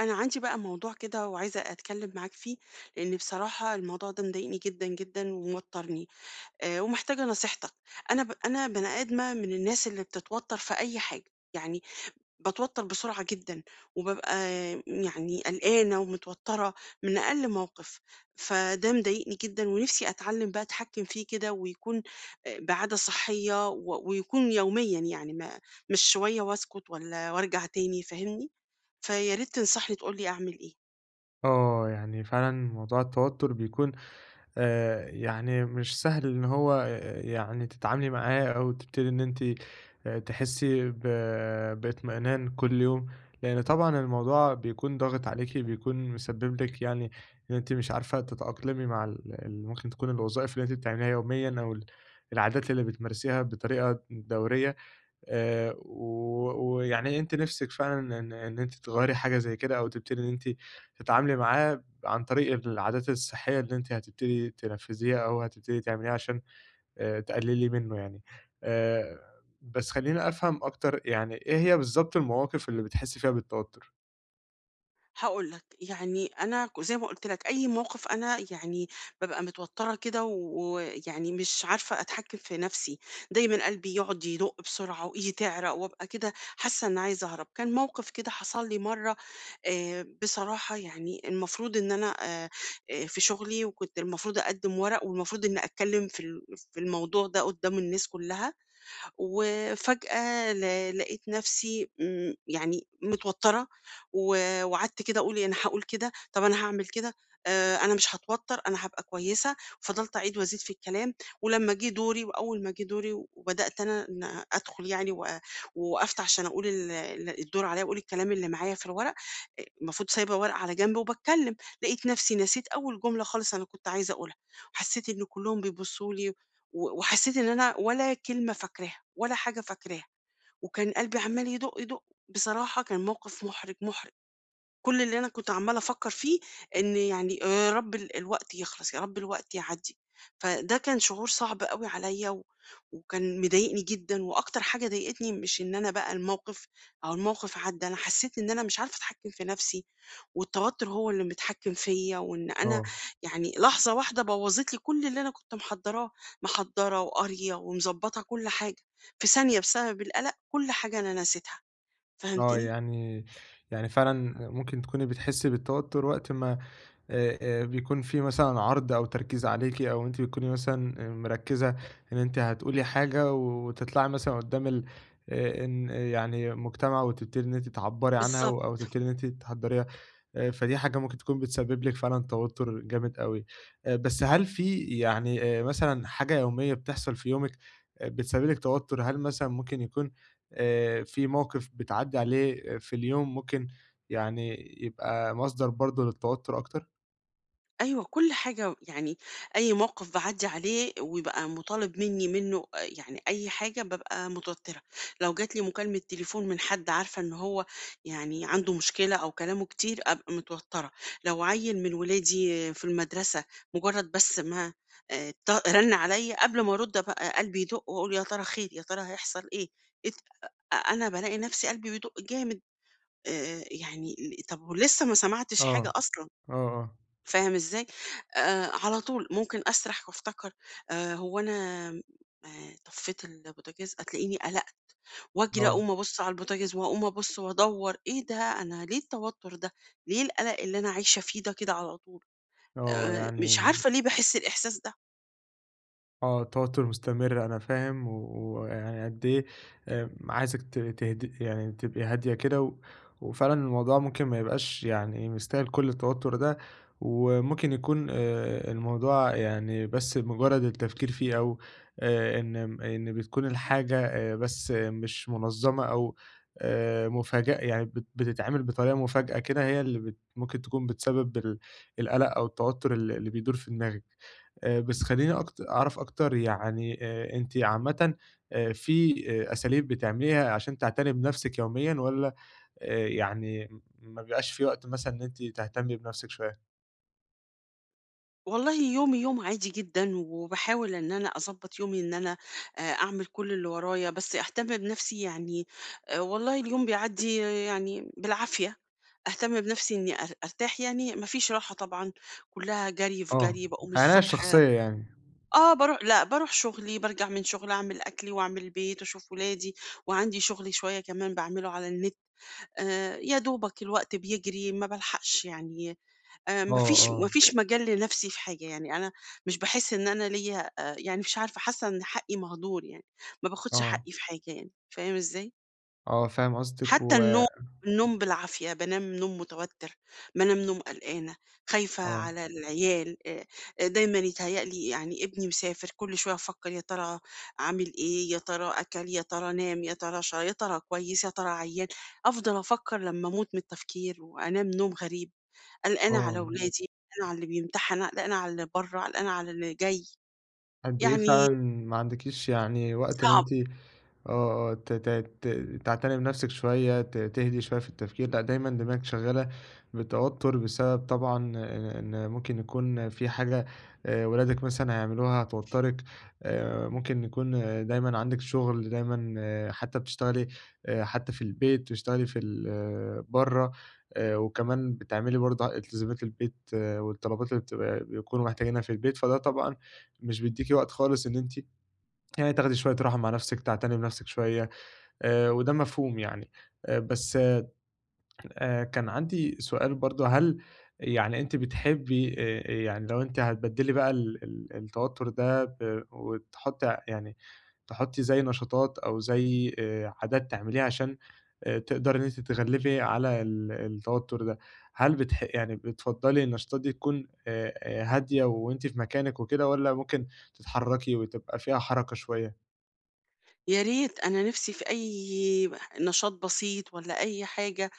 أنا عندي بقى موضوع كده وعايزة أتكلم معاك فيه، لأن بصراحة الموضوع ده مضايقني جدا وموترني. آه، ومحتاجة نصيحتك. أنا بني آدمة من الناس اللي بتتوتر في أي حاجة، يعني باتوتر بسرعة جدًا، وبابقى يعني قلقانة ومتوترة من أقل موقف، فده مضايقني جدًا ونفسي أتعلم بقى أتحكم فيه كده ويكون بعادة صحية ويكون يوميًا، يعني ما مش شوية واسكت والّا وارجع تاني، فاهمني؟ فيا ريت تنصحني تقول لي أعمل إيه. آه، يعني فعلًا موضوع التوتر بيكون يعني مش سهل إن هو يعني تتعاملي معاه أو تبتدي إن أنتِ تحسي باطمئنان كل يوم، لأن طبعًا الموضوع بيكون ضاغط عليكِ، بيكون مسبب لِك يعني إن أنتِ مش عارفة تتأقلمي مع ال ال ممكن تكون الوظائف اللي أنتِ بتعمليها يوميًا أو العادات اللي بتمارسيها بطريقة دورية. و ويعني أنتِ نِفْسِك فعلًا إن أنتِ تغيّري حاجة زي كده أو تبتدي إن أنتِ تتعاملي معاه عن طريق العادات الصحية اللي أنتِ هتبتدي تنفّذيها أو هتبتدي تعمليها عشان تقللي منّه يعني. آآ بس خلّيني أفهم أكتر، يعني إيه هي بالضبط المواقف اللي بتحسّي فيها بالتوتُّر؟ هاقول لك، يعني أنا زي ما قُلت لك أي موقف أنا يعني بابقى متوتّرة كده ويعني مش عارفة أتحكّم في نَفْسي، دايمًا قلبي يقعد يدُق بسرعة وإيدي تعرق وأبقى كده حاسّة إنّي عايزة أهرب. كان موقف كده حصل لي مرّة، بصراحة يعني المفروض إن أنا في شُغلي، وكنت المفروض أقدّم ورق والمفروض إنّي أتكلّم في الموضوع ده قُدّام الناس كُلّها، وفجأة لقيت نفسي يعني متوتّرة، و وقعدت كده أقول إيه، أنا هاقول كده، طب أنا هاعمل كده، أنا مش هاتوتّر، أنا هابقى كويسة، وفضلت أعيد وأزيد في الكلام. ولمّا جه دوري وأول ما جه دوري وبدأت أنا إن أدخل يعني ووقفت عشان أقول ال ال الدور عليَّ وأقول الكلام اللي معايا في الورق، المفروض سايبة ورقة على جنب وباتكلم، لقيت نفسي نسيت أول جملة خالص أنا كنت عايزة أقولها، وحسيت إن كلّهم بيبصّوا لي، وحسيت إن أنا ولا كلمة فاكراها، ولا حاجة فاكراها، وكان قلبي عمّال يدُق، يدُق. بصراحة كان موقف مُحرج، مُحرج. كل اللي أنا كنت عمّالة أفكّر فيه إن يعني آه، يا رب الوقت يخلص، يا رب الوقت يعدّي. فده كان شعور صعب أوي عليَّ، وكان مضايقني جدًا. وأكتر حاجة ضايقتني مش إن أنا بقى الموقف أو الموقف عدّى، أنا حسّيت إن أنا مش عارفة أتحكّم في نَفْسي، والتوتُّر هو اللي متحكّم فيّا، وإن أنا آه، يعني لحظة واحدة بوّظت لي كل اللي أنا كنت محضّراه، محضّرة وقارية ومضبّطة كل حاجة، في ثانية بسبب القلق كل حاجة أنا نسيتها. آه، فهمتني؟ يعني فعلًا ممكن تكوني بتحسّي بالتوتُّر وقت ما آآ، بيكون في مثلًا عرض أو تركيز عليكِ أو أنتِ بتكوني مثلًا مركّزة إن أنتِ هتقولي حاجة وتطلعي مثلًا قدّام ال إن يعني مجتمع وتبتدي إن أنتِ تعبّري عنها بالضبط. أو تبتدي إن أنتِ تحضّريها، فدي حاجة ممكن تكون بتسبب لِك فعلًا توتر جامد أوي. بس هل في يعني مثلًا حاجة يومية بتحصل في يومِك بتسبب لِك توتر؟ هل مثلًا ممكن يكون في موقف بتعدّي عليه في اليوم ممكن يعني يبقى مصدر برضه للتوتر أكتر؟ أيوه، كل حاجة يعني أي موقف باعدّي عليه ويبقى مُطالب منّه يعني أي حاجة بابقى متوتّرة. لو جات لي مكالمة تليفون من حد عارفة إن هو يعني عنده مشكلة أو كلامه كتير أبقى متوتّرة. لو عيّل من ولادي في المدرسة مُجرّد بس ما ط رَن عليّا قبل ما أرُد بقى قلبي يدُق وأقول يا ترى خير، يا ترى هيحصل إيه؟ ات أ أنا بالاقي نَفْسي قلبي بيدُق جامد، يعني طَب ولسه ما سمعتش آه، حاجة أصلًا. آه، آه، فاهم إزاي؟ على طول ممكن أسرح وأفتكر هو أنا طفّيت البوتاجاز، هتلاقيني قلقت وأجري آه، أقوم أبُص على البوتاجاز وأقوم أبُص وأدوّر، إيه ده؟ أنا ليه التوتر ده؟ ليه القلق اللي أنا عايشة فيه ده كده على طول؟ آه، مش يعني عارفة ليه باحس الإحساس ده. توتر مستمر أنا فاهم، ويعني قد إيه عايزِك تهدي يعني تبقي هادية كده، وفعلًا الموضوع ممكن ما يبقاش يعني مستاهل كل التوتر ده، وممكن يكون الموضوع يعني بس مجرد التفكير فيه، أو آآ، إن إن بتكون الحاجة بس مش منظمة أو مفاجأ يعني بتتعمل بطريقة مفاجأة كده، هي اللي ممكن تكون بتسبب القلق أو التوتر اللي بيدور في دماغِك. بس خلّيني أعرف أكتر يعني أنتِ عامةً في أساليب بتعمليها عشان تعتني بنفسِك يوميًا والّا يعني ما بيبقاش في وقت مثلًا إن أنتِ تهتمي بنفسِك شوية؟ والله يومي يوم عادي جدًا، وباحاول إن أنا أضبّط يومي إن أنا أعمل كل اللي ورايا، بس أهتم بنفسي، يعني والله اليوم بيعدّي يعني بالعافية. أهتم بنفسي إني أرتاح، يعني ما فيش راحة طبعًا، كلّها جري في آه، جري. باقوم عناية الصبح، شخصية يعني، آه، باروح لأ، باروح شغلي، بارجع من شغل أعمل أكلي وأعمل البيت وأشوف ولادي، وعندي شغل شوية كمان باعمله على النت. يا دوبك الوقت بيجري ما بالحقش، يعني آه، ما آه، فيش مجال لنَفْسي في حاجة. يعني أنا مش باحس إن أنا ليّا يعني مش عارفة، حاسة إن حقّي مهدور، يعني ما باخدش آه، حقّي في حاجة، يعني فاهم إزاي؟ آه، فاهم قصدِك حتى و النوم، النوم بالعافية، بانام نوم متوتر، بانام نوم قلقانة، خايفة آه، على العيال. دايمًا يتهيأ لي يعني ابني مسافر، كل شوية أفكّر يا ترى عامل إيه، يا ترى أكل، يا ترى نام، يا ترى كويس، يا ترى عيان، أفضل أفكّر لمّا أموت من التفكير وأنام نوم غريب. قلقانة على آه، ولادي، قلقانة على اللي بيمتحن، قلقانة على اللي برّه، قلقانة على اللي جاي، قد إيه يعني فعلًا ما عندكيش يعني وقت إن صعب. أنتِ آه، آه، ت ت ت تعتني بنفْسك شوية، تهدي شوية في التفكير، لأ دايمًا دماغك شغّالة بتوتُّر بسبب طبعًا إن ممكن يكون في حاجة ولادك مثلًا هيعملوها هتوتّرِك، ممكن يكون دايمًا عندِك شُغل، دايمًا حتى بتشتغلي حتى في البيت، بتشتغلي في ال آه، برّه، وكمان بتعملي برضه التزامات البيت والطلبات اللي بتبقى بيكونوا محتاجينها في البيت، فده طبعًا مش بيدّيكِ وقت خالص إن أنتِ يعني تاخدي شوية راحة مع نفسِك، تعتني بنفسِك شوية، وده مفهوم يعني. بس كان عندي سؤال برضه، هل يعني أنتِ بتحبي يعني لو أنتِ هتبدّلي بقى ال التوتر ده وتحطّي يعني تحطّي زي نشاطات أو زي عادات تعمليها عشان تقدري إن أنتِ تتغلبي على التوتر ده، هل يعني بتفضّلي النشاطات دي تكون هادية وأنتِ في مكانِك وكده والّا ممكن تتحرّكي وتبقى فيها حركة شوية؟ يا ريت أنا نِفْسي في أي نشاط بسيط والّا أي حاجة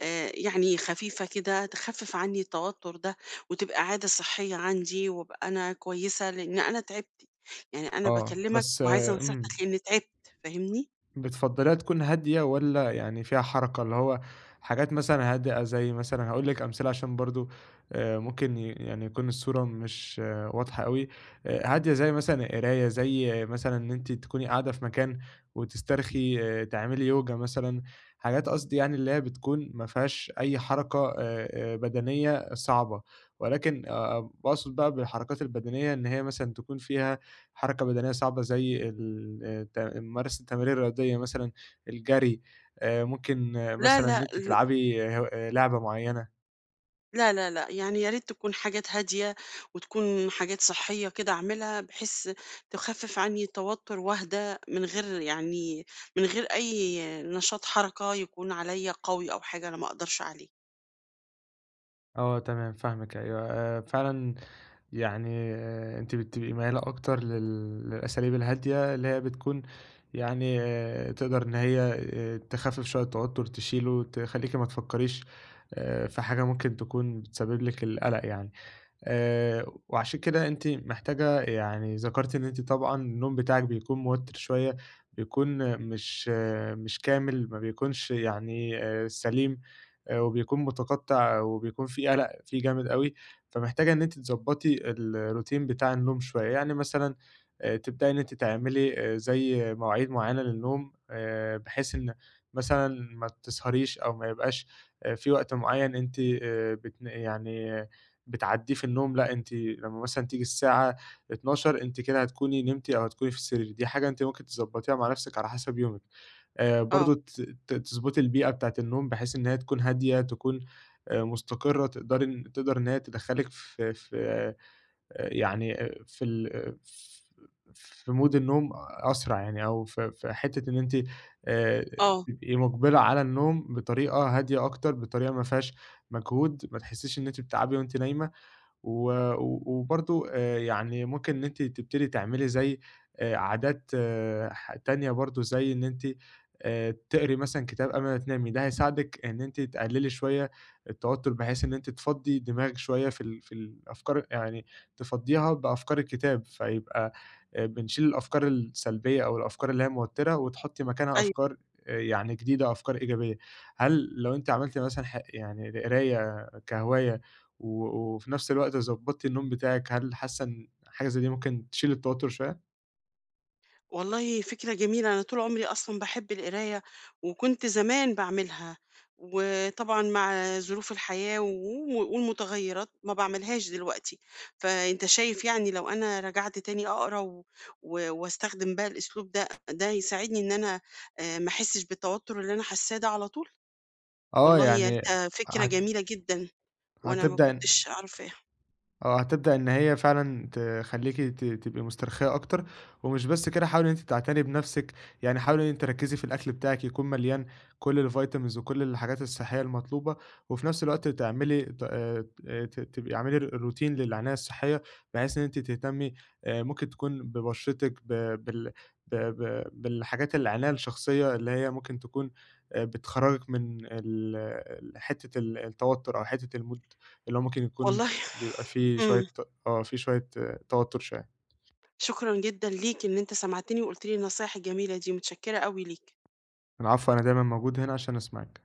يعني خفيفة كده تخفِّف عني التوتر ده، وتبقى عادة صحية عندي، وأبقى أنا كويسة، لإن أنا تعبت. يعني أنا آه، باكلّمك بس وعايزة نصيحتك لإني تعبت، فاهمني؟ بتفضّليها تكون هادية والّا يعني فيها حركة، اللي هو حاجات مثلًا هادئة زي مثلًا هاقول لِك أمثلة عشان برضه ممكن يعني يكون الصورة مش واضحة أوي، هادية زي مثلًا القراية، زي مثلًا إن أنتِ تكوني قاعدة في مكان وتسترخي، تعملي يوجا مثلًا، حاجات قصدي يعني اللي هي بتكون ما فيهاش أي حركة بدنية صعبة، ولكن باقصد بقى بالحركات البدنية إن هي مثلًا تكون فيها حركة بدنية صعبة زي ال الت ممارسة التمارين الرياضية مثلًا، الجري، ممكن لا، مثلًا لأ، إن أنتِ ال تلعبي لعبة معيّنة. لا، لا، لأ، يعني يا ريت تكون حاجات هادية وتكون حاجات صحية كده أعملها بحيث تخفِّف عني توتُّر وأهدى، من غير يعني من غير أي نشاط حركة يكون عليّا قوي أو حاجة أنا ما أقدرش عليه. آه تمام فاهمِك أيوه، فعلًا يعني أنتِ بتبقي ميّالة أكتر لل للأساليب الهادية اللي هي بتكون يعني تقدر إن هي تخفِّف شوية التوتر، تشيله، تخلّيكِ ما تفكّريش في حاجة ممكن تكون بتسبب لِك القلق يعني. وعشان كده أنتِ محتاجة يعني ذكرتِ إن أنتِ طبعًا النوم بتاعِك بيكون متوتر شوية، بيكون مش مش كامل، ما بيكونش يعني سليم، وبيكون متقطّع وبيكون في قلق فيه جامد أوي، فمحتاجة إن أنتِ تضبّطي الروتين بتاع النوم شوية، يعني مثلًا تبدئي إن أنتِ تعملي زي مواعيد معيّنة للنوم، بحيث إن مثلًا ما تسهريش أو ما يبقاش في وقت معيّن أنتِ يعني بتعدّيه في النوم، لأ أنتِ لمّا مثلًا تيجي الساعة 00:00 أنتِ كده هتكوني نمتِ أو هتكوني في السرير، دي حاجة أنتِ ممكن تضبّطيها مع نَفْسِك على حسب يومِك. آه، برضه ت ت تضبطي البيئة بتاعة النوم بحيث إن هي تكون هادية، تكون مستقرة، تقدري إن تقدر إن هي تدخّلِك في يعني في ال ف في mood النوم أسرع يعني أو في حتّة إن أنتِ آآ آه، تبقي مُقبلة على النوم بطريقة هادية أكتر، بطريقة ما فيهاش مجهود، ما تحسّيش إن أنتِ بتتعبي وأنتِ نايمة. و و وبرضه يعني ممكن إن أنتِ تبتدي تعملي زي عادات تانية برضه، زي إن أنتِ تقري مثلًا كتاب قبل ما تنامي، ده هيساعدِك إن أنتِ تقللي شوية التوتر، بحيث إن أنتِ تفضّي دماغِك شوية في في الأفكار يعني تفضّيها بأفكار الكتاب، فيبقى بنشيل الأفكار السلبية أو الأفكار اللي هي موتّرة، وتحطّي مكانها أيوه. أفكار يعني جديدة، أفكار إيجابية. هل لو أنتِ عملتِ مثلًا يعني القراية كهواية وفي نفس الوقت ضبطتِ النوم بتاعِك، هل حاسة إن حاجة زي دي ممكن تشيل التوتر شوية؟ والله فكرة جميلة، أنا طول عمري أصلًا باحب القراية، وكنت زمان باعملها، وطبعًا مع ظروف الحياة والمتغيرات ما باعملهاش دلوقتي. فأنت شايف يعني لو أنا رجعت تاني أقرا و و واستخدم بقى الأسلوب ده، ده هيساعدني إن أنا ما أحسش بالتوتر اللي أنا حاساه ده على طول؟ آه، والله يا يعني ريتها فكرة هت جميلة جدًا، وأنا ما هتبدأ كنتش عارفاها. آه، هتبدأ إن هي فعلًا تخلّيكِ تبقي مسترخية أكتر، ومش بس كده حاولي إن أنتِ تعتني بنفسِك، يعني حاولي إن أنتِ تركّزي في الأكل بتاعِك يكون مليان كل الvitamins وكل الحاجات الصحية المطلوبة، وفي نفس الوقت تعملي ت ت تبقي اعملي routine للعناية الصحية، بحيث إن أنتِ تهتمي ممكن تكون ببشرتِك ب بال ب ب بالحاجات العناية الشخصية اللي هي ممكن تكون بتخرّجِك من ال ال حتّة التوتر أو حتّة الmood اللي هو ممكن يكون والله بيبقى في إمم، شوية ت آه، في شوية توتر شوية. شكرًا جدًا ليك إن أنت سمعتني وقُلت لي النصايح الجميلة دي، متشكرة أوي ليك. العفو، أنا دايمًا موجود هنا عشان أسمعِك.